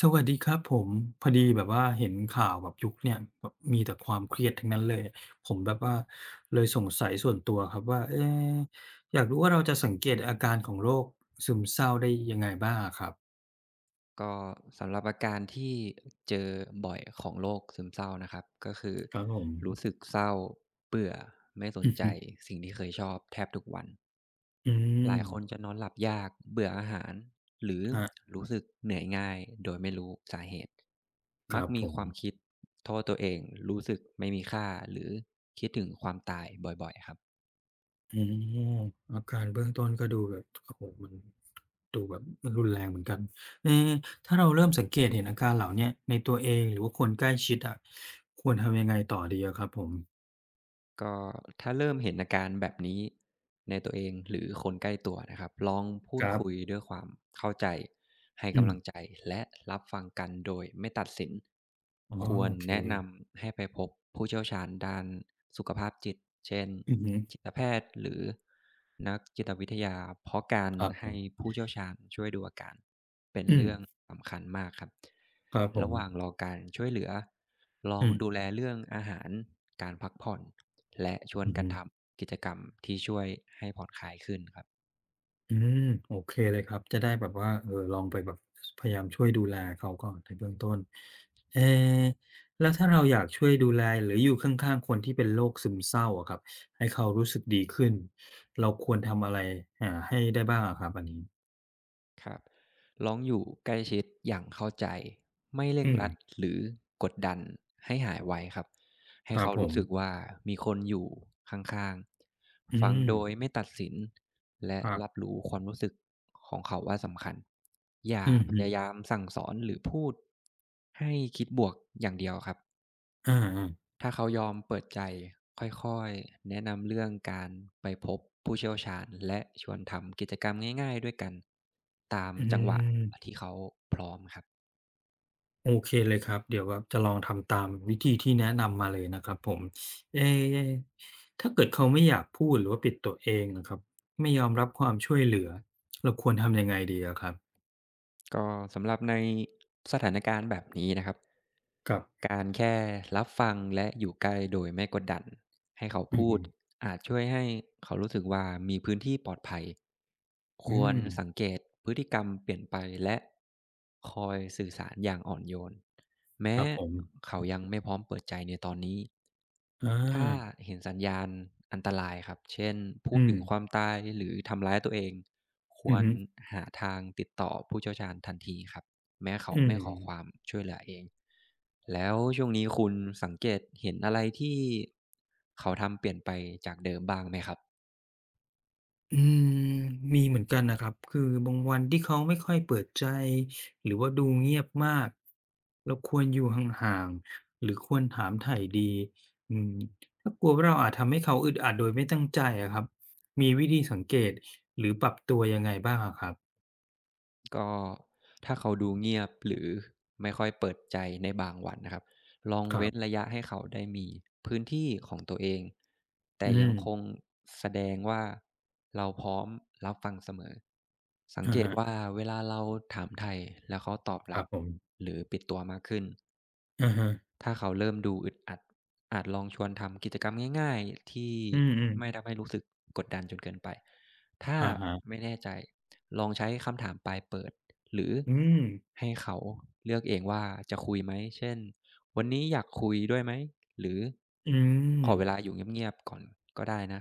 สวัสดีครับผมพอดีแบบว่าเห็นข่าวแบบยุคเนี่ยแบบมีแต่ความเครียดทั้งนั้นเลยผมแบบว่าเลยสงสัยส่วนตัวครับว่าเอ๊ะอยากรู้ว่าเราจะสังเกตอาการของโรคซึมเศร้าได้ยังไงบ้างอะครับก็สำหรับอาการที่เจอบ่อยของโรคซึมเศร้านะครับก็คือครับผมรู้สึกเศร้าเบื่อไม่สนอืใจมสิ่งที่เคยชอบแทบทุกวันอืหมลายคนจะนอนหลับยากเบื่ออาหารหรือฮะรู้สึกเหนื่อยง่ายโดยไม่รู้สาเหตุคมักรับมีผคมวามคิดโทษตัวเองรู้สึกไม่มีค่าหรือคิดถึงความตายบ่อยๆครับ อืมอาการเบื้องต้นก็ดูแบบโอ้โหมันดูแบบมันรุนแรงเหมือนกันเอ๊ถ้าเราเริ่มสังเกตเห็นอาการเหล่าเนี้ยในตัวเองหรือว่าคนใกล้ชิดอ่ะควรทำยังไงต่อดีอะครับผมก็ถ้าเริ่มเห็นอาการแบบนี้ในตัวเองหรือคนใกล้ตัวนะครับลองพูคดรับ คุยด้วยความเข้าใจให้อืมกำลังใจและรับฟังกันโดยไม่ตัดสินอ๋อควรโอเคแนะนำให้ไปพบผู้เชี่ยวชาญด้านสุขภาพจิตเช่นอือฮึจิตแพทย์หรือนักจิตวิทยาเพราะการครับผให้มผู้เชี่ยวชาญช่วยดูอาการเป็นอืมเรื่องสำคัญมากครับครับผระมหว่างรอการช่วยเหลือ ลออืงมดูแลเรื่องอาหาร การพักผ่อนและชวนอือกันฮึทำกิจกรรมที่ช่วยให้ผ่อนคลายขึ้นครับอืมโอเคเลยครับจะได้แบบว่าลองไปแบบสพยายามช่วยดูแลเขาก่อนในเบื้องต้นเอ๊แล้วถ้าเราอยากช่วยดูแลหรืออยู่ข้างๆคนที่เป็นโรคซึมเศร้าอะครับให้เขารู้สึกดีขึ้นเราควรทำอะไรให้ได้บ้างอะครับอันนี้ครับลองอยู่ใกล้ชิดอย่างเข้าใจไม่เร่งอืมรัดหรือกดดันให้หายไวครับให้ครับเขาผรู้มสึกว่ามีคนอยู่ข้างๆ อืฟังมโดยไม่ตัดสินและครัรับบรู้ความรู้สึกของเขาว่าสำคัญ อย่าอือพฮึยายามสั่งสอนหรือพูดให้คิดบวกอย่างเดียวครับ อาๆถ้าเขายอมเปิดใจค่อยๆแนะนำเรื่องการไปพบผู้เชี่ยวชาญและชวนทำกิจกรรมง่ายๆด้วยกันตามอืจังหวะม ที่เขาพร้อมครับ โอเคเลยครับเดี๋ยวแบบจะลองทำตามวิธีที่แนะนำมาเลยนะครับผมเอ๊ะถ้าเกิดเขาไม่อยากพูดหรือว่าปิดตัวเองนะครับไม่ยอมรับความช่วยเหลือเราควรทำยังไงดีอะครับก็สำหรับในสถานการณ์แบบนี้นะครับกับการแค่รับฟังและอยู่ใกล้โดยไม่กดดันให้เขาอืพูดมอาจช่วยให้เขารู้สึกว่ามีพื้นที่ปลอดภัยคอืวรมสังเกตพฤติกรรมเปลี่ยนไปและคอยสื่อสารอย่างอ่อนโยนคแม้รับผมเขายังไม่พร้อมเปิดใจในตอนนี้ อาถ้าเห็นสัญญาณอันตรายครับ เช่นพูดอืมถึงความตายหรือทำร้ายตัวเองคอืวรมหาทางติดต่อผู้เชี่ยวชาญทันทีครับแม้เขาอืไม่ขอความม ช่วยเหลือเองแล้วช่วงนี้คุณสังเกตเห็นอะไรที่เขาทำเปลี่ยนไปจากเดิมบ้างไหมครับ อืมมีเหมือนกันนะครับคือบางวันที่เขาไม่ค่อยเปิดใจหรือว่าดูเงียบมากเราควรอยู่ห่างๆหรือควรถามไถ่ดีอืมถ้ากลัวว่าเราอาจทำให้เขาอึดอัดโดยไม่ตั้งใจอะครับมีวิธีสังเกตหรือปรับตัวยังไงบ้างอะครับก็ถ้าเขาดูเงียบหรือไม่ค่อยเปิดใจในบางวันนะครับลองครัเว้นบระยะให้เขาได้มีพื้นที่ของตัวเองแต่อืยังคงมแสดงว่าเราพร้อมรับฟังเสมอสังอะเกตว่าฮะเวลาเราถามไทยแล้วเขาตอบครัรับบผมหรือปิดตัวมากขึ้น อะฮะถ้าเขาเริ่มดูอึดอัดอาจลองชวนทำกิจกรรมง่ายๆที่อืไม่มทำให้รู้สึกกดดันจนเกินไปถ้าอะฮะไม่แน่ใจลองใช้คำถามปลายเปิดหรืออืมให้เขาเลือกเองว่าจะคุยไหมเช่นวันนี้อยากคุยด้วยไหมหรืออืขม อเวลาอยู่เงียบๆก่อนก็ได้นะ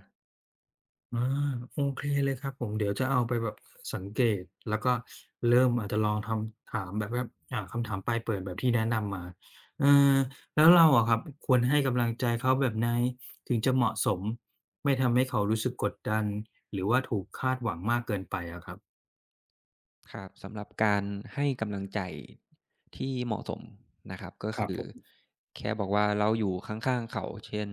อาโอเคเลยครับผมเดี๋ยวจะเอาไปแบบสังเกตแล้วก็เริ่มอาจจะลองทำถามแบบว่าคำถามปลายเปิดแบบที่แนะนำมาเออแล้วเราอะครับควรให้กำลังใจเขาแบบไหนถึงจะเหมาะสมไม่ทำให้เขารู้สึกกดดันหรือว่าถูกคาดหวังมากเกินไปอะครับครับสำหรับการให้กำลังใจที่เหมาะสมนะครับก็ครับคือผมแค่บอกว่าเราอยู่ข้างๆเขาเช่น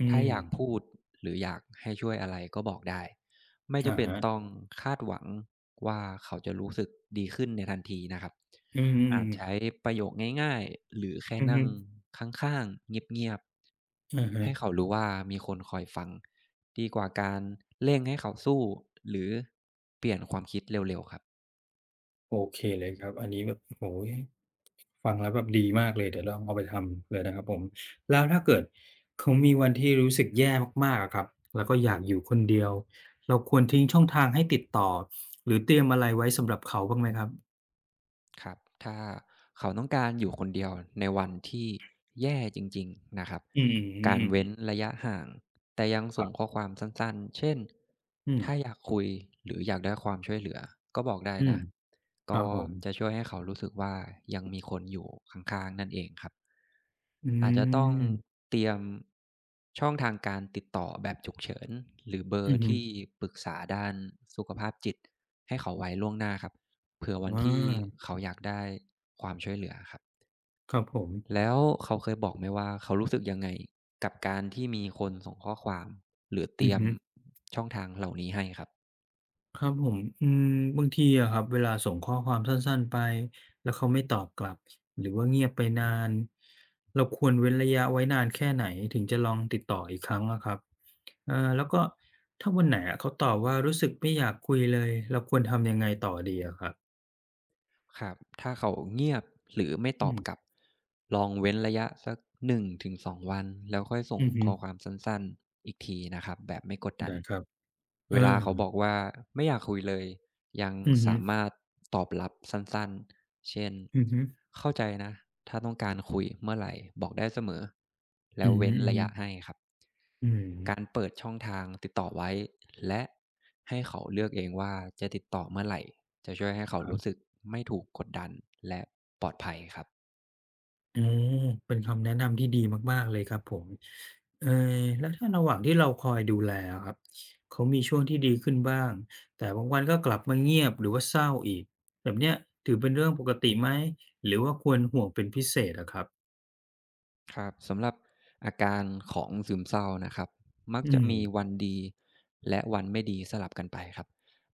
อืถ้ามอยากพูดหรืออยากให้ช่วยอะไรก็บอกได้ไม่จะอะเป็นฮะต้องคาดหวังว่าเขาจะรู้สึกดีขึ้นในทันทีนะครับอืมอาจใช้ๆประโยคง่ายๆหรือแค่อือนั่ฮึงข้างๆเงียบอะๆฮะ ให้เขารู้ว่ามีคนคอยฟังดีกว่าการเร่งให้เขาสู้หรือเปลี่ยนความคิดเร็วๆครับ โอเคเลยครับอันนี้แบบโอ้โฮฟังแล้วแบบดีมากเลยเดี๋ยวลองเอาไปทำเลยนะครับผมแล้วถ้าเกิดเขามีวันที่รู้สึกแย่มากๆอะครับแล้วก็อยากอยู่คนเดียวเราควรทิ้งช่องทางให้ติดต่อหรือเตรียมอะไรไว้สำหรับเขาบ้างไหมครับครับถ้าเขาต้องการอยู่คนเดียวในวันที่แย่จริงๆนะครับอืการเว้นมระยะห่างแต่ยังคส่รังข้อบความสั้นๆเช่นอืมถ้าอยากคุยหรืออยากได้ความช่วยเหลือก็บอกได้อืมนะครัก็บผมจะช่วยให้เขารู้สึกว่ายังมีคนอยู่ข้างๆนั่นเองครับอือาจจะต้องมเตรียมช่องทางการติดต่อแบบฉุกเฉินหรือเบออืร์อฮึที่ปรึกษาด้านสุขภาพจิตให้เขาไว้ล่วงหน้าครับ เผื่อวันอที่าเขาอยากได้ความช่วยเหลือครับครับผมแล้วเขาเคยบอกไหมว่าเขารู้สึกยังไงกับการที่มีคนส่งข้อความหรือเตอืรีอยมฮึ ช่องทางเหล่านี้ให้ครับ ครับผมอืมบางทีอะครับเวลาส่งข้อความสั้นๆไปแล้วเขาไม่ตอบกลับหรือว่าเงียบไปนานเราควรเว้นระยะไว้นานแค่ไหนถึงจะลองติดต่ออีกครั้งอะครับเออแล้วก็ถ้าวันไหนอะเขาตอบว่ารู้สึกไม่อยากคุยเลยเราควรทำยังไงต่อดีอะครับครับถ้าเขาเงียบหรือไม่ตอือบกลับมลองเว้นระยะสัก1-2วันแล้วค่อยส่งอือฮึข้อความสั้นๆอีกทีนะครับแบบไม่กดดันได้ครับเอเวอลาเขาบอกว่าไม่อยากคุยเลยยังอือฮึสามารถตอบรับสั้นๆเช่นอือฮึเข้าใจนะถ้าต้องการคุยเมื่อไหร่บอกได้เสมอแล้วอือฮึเว้นอือระฮึยะให้ครับอือการเปิดช่องทางติดต่อไว้และให้เขาเลือกเองว่าจะติดต่อเมื่อไหร่ จะช่วยให้เขาครัรู้บ สึกไม่ถูกกดดันและปลอดภัยครับอืมเป็นคำแนะนำที่ดีมากๆ เลยครับผมเอ่อแล้วถ้าระหว่างที่เราคอยดูแลอะครับ เขามีช่วงที่ดีขึ้นบ้าง แต่บางวันก็กลับมาเงียบหรือว่าเศร้าอีก แบบเนี้ยถือเป็นเรื่องปกติไหมหรือว่าควรห่วงเป็นพิเศษอะครับ ครับสำหรับอาการของซึมเศร้านะครับมักอืจะมมีวันดีและวันไม่ดีสลับกันไปครับ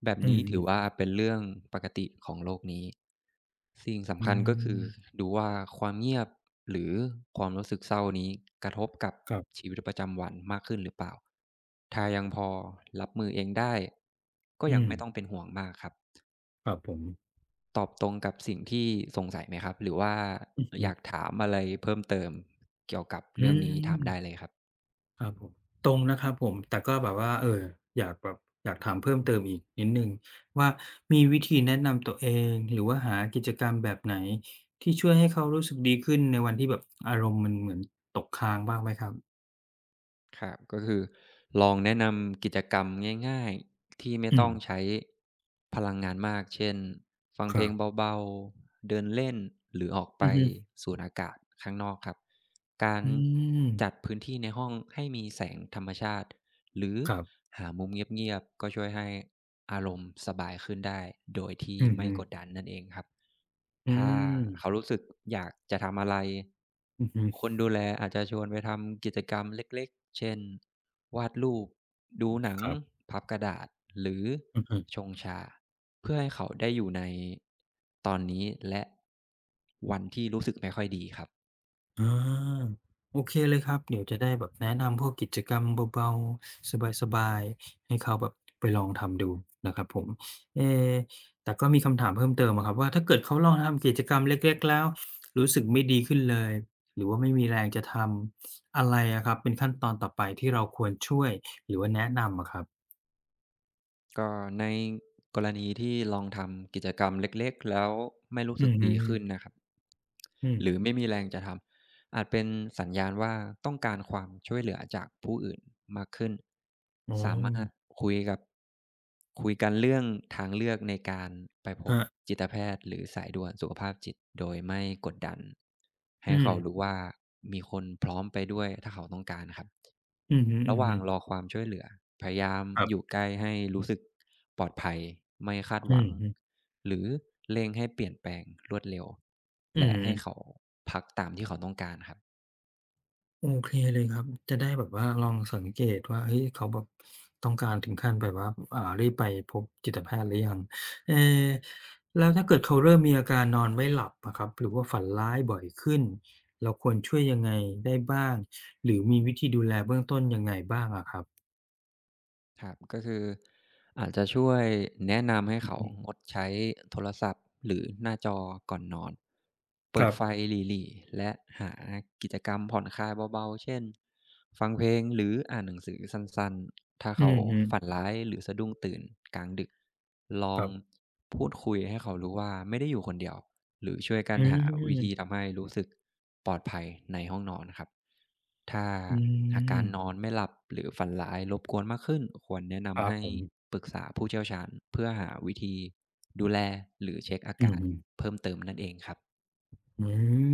แบบอืนี้ถือมว่าๆเป็นเรื่องปกติของโลกนี้สิ่งสำอืคัญก็คืมอดูว่าความเงียบหรือความรู้สึกเศร้านี้กระทบกับครับชีวิตประจำวันมากขึ้นหรือเปล่าถ้ายังพอรับมือเองได้ก็ยัอืงมไม่ต้องเป็นห่วงมากครับ ครับผมตอบตรงกับสิ่งที่สงสัยไหมครับหรือว่าอือฮึอยากถามอะไรเพิ่มเติมเกี่ยวกับอืเรื่องนี้ม ถามได้เลยครับครับผมตรงนะครับผมแต่ก็แบบว่าอยากแบบอยากถามเพิ่มเติมอีกนิดหนึ่งว่ามีวิธีแนะนำตัวเองหรือว่าหากิจกรรมแบบไหนที่ช่วยให้เขารู้สึกดีขึ้นในวันที่แบบอารมณ์มันเหมือนตกค้างบ้างไหมครับครับก็คือลองแนะนำกิจกรรมง่ายๆที่ไม่อืต้มองใช้พลังงานมากเช่นฟังคเพลรังบเบาๆเดินเล่นหรือออกไปอือฮึสูดอากาศข้างนอกครับการอืมจัดพื้นที่ในห้องให้มีแสงธรรมชาติหรือครับหามุมเงียบๆก็ช่วยให้อารมณ์สบายขึ้นได้โดยที่อือไม่ฮึกดดันนั่นเองครับ อืถ้าเขามรู้สึกอยากจะทำอะไร อือฮึคนดูแลอาจจะชวนไปทำกิจกรรมเล็กๆ เช่น วาดรูป ดูหนังครับพับกระดาษ หรืออือฮึ ชงชา เพื่อให้เขาได้อยู่ในตอนนี้และวันที่รู้สึกไม่ค่อยดีครับ อาโอเคเลยครับเดี๋ยวจะได้แบบแนะนำพวกกิจกรรมเบาๆสบายๆให้เขาแบบไปลองทำดูนะครับผมเอแต่ก็มีคำถามเพิ่มเติมอะครับว่าถ้าเกิดเขาลองทำกิจกรรมเล็กๆแล้วรู้สึกไม่ดีขึ้นเลยหรือว่าไม่มีแรงจะทำอะไรอะครับเป็นขั้นตอนต่อไปที่เราควรช่วยหรือว่าแนะนำอะครับก็ในกรณีที่ลองทำกิจกรรมเล็กๆแล้วไม่รู้อืสึกอฮึดีขึ้นนะครับอืมหรือไม่มีแรงจะทำอาจเป็นสัญญาณว่าต้องการความช่วยเหลือจากผู้อื่นมากขึ้นอ๋อสามารถคุยกับคุยกันเรื่องทางเลือกในการไปพคบรับจิตแพทย์หรือสายด่วนสุขภาพจิตโดยไม่กดดันให้อืเขามรู้ว่ามีคนพร้อมไปด้วยถ้าเขาต้องการครับ อือฮึระหว่างรๆอความช่วยเหลือพยายามครัอยู่บใกล้ให้รู้สึกปลอดภัยไม่คาดหอืวังอฮึหรือเร่งให้เปลี่ยนแปลงรวดเร็วอืและให้เขาม พักตามที่เขาต้องการครับ โอเคเลยครับ จะได้แบบว่าลองสังเกตว่าเฮ้ยเขาแบบต้องการถึงขั้นแบบว่ารีบไปพบจิตแพทย์หรือยังเอแล้วถ้าเกิดเขาเริ่มมีอาการนอนไม่หลับอะครับหรือว่าฝันร้ายบ่อยขึ้น เราควรช่วยยังไงได้บ้าง หรือมีวิธีดูแลเบื้องต้นยังไงบ้างอะครับครับก็คืออาจจะช่วยแนะนำให้อือเขาฮึงดใช้โทรศัพท์หรือหน้าจอก่อนนอนคเปิดรับไฟหรี่ๆและหากิจกรรมผ่อนคลายเบาๆเช่นฟังเพลงหรืออ่านหนังสือสั้นๆถ้าอืเขาอฮึฝันร้ายหรือสะดุ้งตื่นกลางดึกลอคงรับพูดคุยให้เขารู้ว่าไม่ได้อยู่คนเดียว หรือช่วยกัอืนหาวิธีทำมให้รู้สึกปลอดภัยในห้องนอนนะครับถ้าอือาการมนอนไม่หลับหรือฝันร้ายรบกวนมากขึ้นควรแนะครันำบให้ผมปรึกษาผู้เชี่ยวชาญเพื่อหาวิธีดูแลหรือเช็คอาอืกาอรฮึ เพิ่มเติมนั่นเองครับอื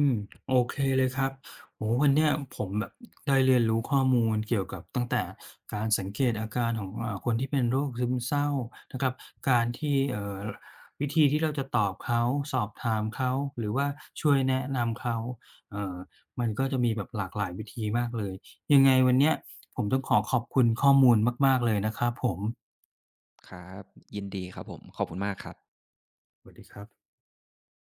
มโอเคเลยครับโอ้โฮวันเนี้ยผมแบบได้เรียนรู้ข้อมูลเกี่ยวกับตั้งแต่การสังเกตอาการของคนที่เป็นโรคซึมเศร้านะครับการที่วิธีที่เราจะตอบเขาสอบถามเขาหรือว่าช่วยแนะนำเขาเอ่อมันก็จะมีแบบหลากหลายวิธีมากเลยยังไงวันเนี้ยผมต้องขอขอบคุณข้อมูลมากๆเลยนะครับผมครับยินดีครับผมขอบคุณมากครับสวัสดีครับ